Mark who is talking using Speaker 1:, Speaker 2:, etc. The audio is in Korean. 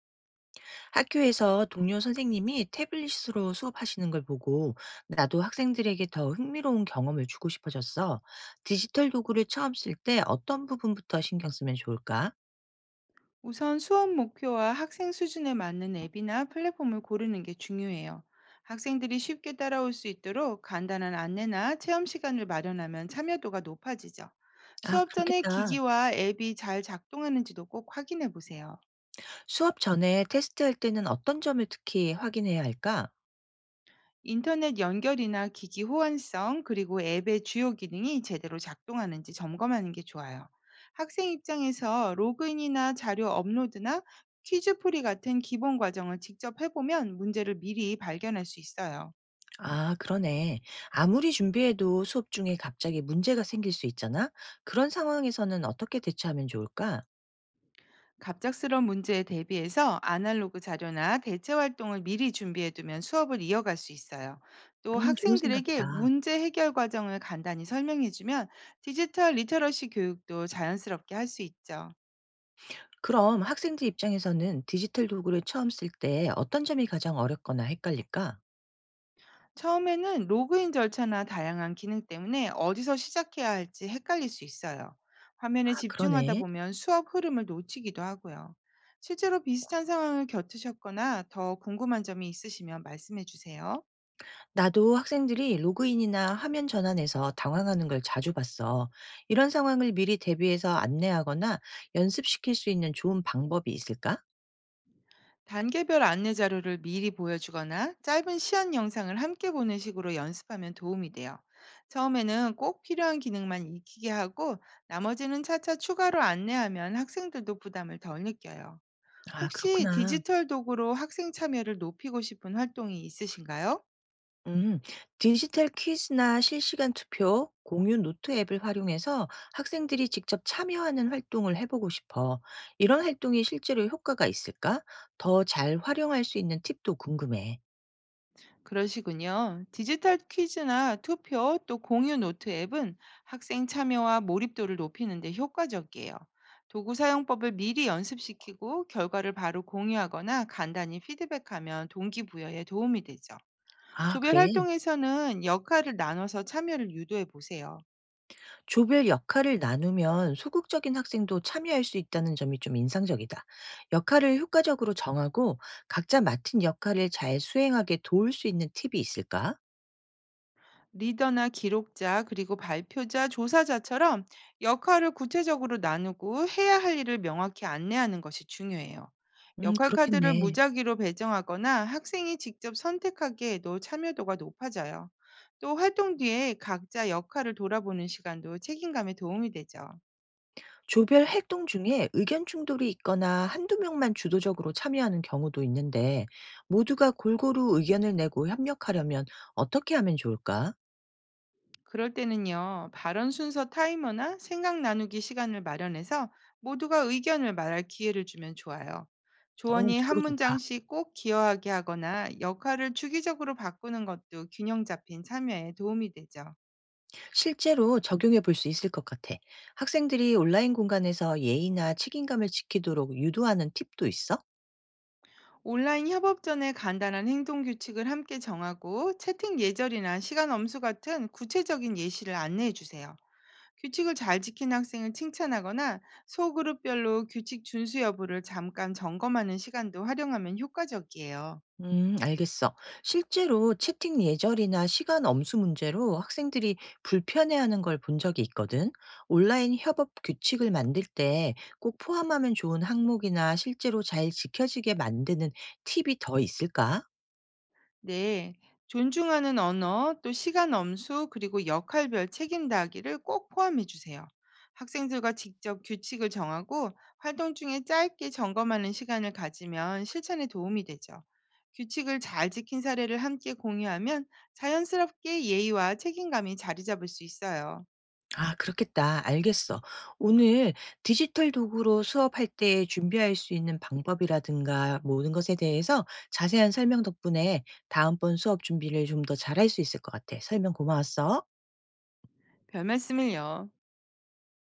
Speaker 1: 학교에서 동료 선생님이 태블릿으로 수업하시는 걸 보고 나도 학생들에게 더 흥미로운 경험을 주고 싶어졌어. 디지털 도구를 처음 쓸 때 어떤 부분부터 신경 쓰면 좋을까?
Speaker 2: 우선 수업 목표와 학생 수준에 맞는 앱이나 플랫폼을 고르는 게 중요해요. 학생들이 쉽게 따라올 수 있도록 간단한 안내나 체험 시간을 마련하면 참여도가 높아지죠.
Speaker 1: 아,
Speaker 2: 수업 전에
Speaker 1: 그렇겠다.
Speaker 2: 기기와 앱이 잘 작동하는지도 꼭 확인해 보세요.
Speaker 1: 수업 전에 테스트할 때는 어떤 점을 특히 확인해야 할까?
Speaker 2: 인터넷 연결이나 기기 호환성, 그리고 앱의 주요 기능이 제대로 작동하는지 점검하는 게 좋아요. 학생 입장에서 로그인이나 자료 업로드나 퀴즈 풀이 같은 기본 과정을 직접 해보면 문제를 미리 발견할 수 있어요.
Speaker 1: 아, 그러네. 아무리 준비해도 수업 중에 갑자기 문제가 생길 수 있잖아. 그런 상황에서는 어떻게 대처하면 좋을까?
Speaker 2: 갑작스러운 문제에 대비해서 아날로그 자료나 대체 활동을 미리 준비해두면 수업을 이어갈 수 있어요. 또
Speaker 1: 좋은
Speaker 2: 학생들에게
Speaker 1: 생각이다.
Speaker 2: 문제 해결 과정을 간단히 설명해주면 디지털 리터러시 교육도 자연스럽게 할 수 있죠.
Speaker 1: 그럼 학생들 입장에서는 디지털 도구를 처음 쓸 때 어떤 점이 가장 어렵거나 헷갈릴까?
Speaker 2: 처음에는 로그인 절차나 다양한 기능 때문에 어디서 시작해야 할지 헷갈릴 수 있어요. 화면에
Speaker 1: 아,
Speaker 2: 집중하다
Speaker 1: 그러네.
Speaker 2: 보면 수업 흐름을 놓치기도 하고요. 실제로 비슷한 상황을 겪으셨거나 더 궁금한 점이 있으시면 말씀해 주세요.
Speaker 1: 나도 학생들이 로그인이나 화면 전환에서 당황하는 걸 자주 봤어. 이런 상황을 미리 대비해서 안내하거나 연습시킬 수 있는 좋은 방법이 있을까?
Speaker 2: 단계별 안내 자료를 미리 보여주거나 짧은 시연 영상을 함께 보는 식으로 연습하면 도움이 돼요. 처음에는 꼭 필요한 기능만 익히게 하고, 나머지는 차차 추가로 안내하면 학생들도 부담을 덜 느껴요.
Speaker 1: 아,
Speaker 2: 혹시
Speaker 1: 그렇구나.
Speaker 2: 디지털 도구로 학생 참여를 높이고 싶은 활동이 있으신가요?
Speaker 1: 음, 디지털 퀴즈나 실시간 투표, 공유 노트 앱을 활용해서 학생들이 직접 참여하는 활동을 해보고 싶어. 이런 활동이 실제로 효과가 있을까? 더 잘 활용할 수 있는 팁도 궁금해.
Speaker 2: 그러시군요. 디지털 퀴즈나 투표, 또 공유 노트 앱은 학생 참여와 몰입도를 높이는 데 효과적이에요. 도구 사용법을 미리 연습시키고 결과를 바로 공유하거나 간단히 피드백하면 동기부여에 도움이 되죠.
Speaker 1: 아,
Speaker 2: 조별
Speaker 1: 그래.
Speaker 2: 활동에서는 역할을 나눠서 참여를 유도해 보세요.
Speaker 1: 조별 역할을 나누면 소극적인 학생도 참여할 수 있다는 점이 좀 인상적이다. 역할을 효과적으로 정하고 각자 맡은 역할을 잘 수행하게 도울 수 있는 팁이 있을까?
Speaker 2: 리더나 기록자, 그리고 발표자, 조사자처럼 역할을 구체적으로 나누고 해야 할 일을 명확히 안내하는 것이 중요해요. 역할 카드를
Speaker 1: 그렇겠네.
Speaker 2: 무작위로 배정하거나 학생이 직접 선택하게 해도 참여도가 높아져요. 또 활동 뒤에 각자 역할을 돌아보는 시간도 책임감에 도움이 되죠.
Speaker 1: 조별 활동 중에 의견 충돌이 있거나 한두 명만 주도적으로 참여하는 경우도 있는데, 모두가 골고루 의견을 내고 협력하려면 어떻게 하면 좋을까?
Speaker 2: 그럴 때는요, 발언 순서 타이머나 생각 나누기 시간을 마련해서 모두가 의견을 말할 기회를 주면 좋아요.
Speaker 1: 어,
Speaker 2: 조언이 한
Speaker 1: 그거 좋다.
Speaker 2: 문장씩 꼭 기여하게 하거나 역할을 주기적으로 바꾸는 것도 균형 잡힌 참여에 도움이 되죠.
Speaker 1: 실제로 적용해 볼 수 있을 것 같아. 학생들이 온라인 공간에서 예의나 책임감을 지키도록 유도하는 팁도 있어?
Speaker 2: 온라인 협업 전에 간단한 행동 규칙을 함께 정하고, 채팅 예절이나 시간 엄수 같은 구체적인 예시를 안내해 주세요. 규칙을 잘 지킨 학생을 칭찬하거나 소그룹별로 규칙 준수 여부를 잠깐 점검하는 시간도 활용하면 효과적이에요.
Speaker 1: 알겠어. 실제로 채팅 예절이나 시간 엄수 문제로 학생들이 불편해하는 걸 본 적이 있거든. 온라인 협업 규칙을 만들 때 꼭 포함하면 좋은 항목이나 실제로 잘 지켜지게 만드는 팁이 더 있을까?
Speaker 2: 네. 존중하는 언어, 또 시간 엄수, 그리고 역할별 책임 다하기를 꼭 포함해 주세요. 학생들과 직접 규칙을 정하고 활동 중에 짧게 점검하는 시간을 가지면 실천에 도움이 되죠. 규칙을 잘 지킨 사례를 함께 공유하면 자연스럽게 예의와 책임감이 자리 잡을 수 있어요.
Speaker 1: 아, 그렇겠다. 알겠어. 오늘 디지털 도구로 수업할 때 준비할 수 있는 방법이라든가 모든 것에 대해서 자세한 설명 덕분에 다음번 수업 준비를 좀 더 잘할 수 있을 것 같아. 설명 고마웠어.
Speaker 2: 별 말씀을요.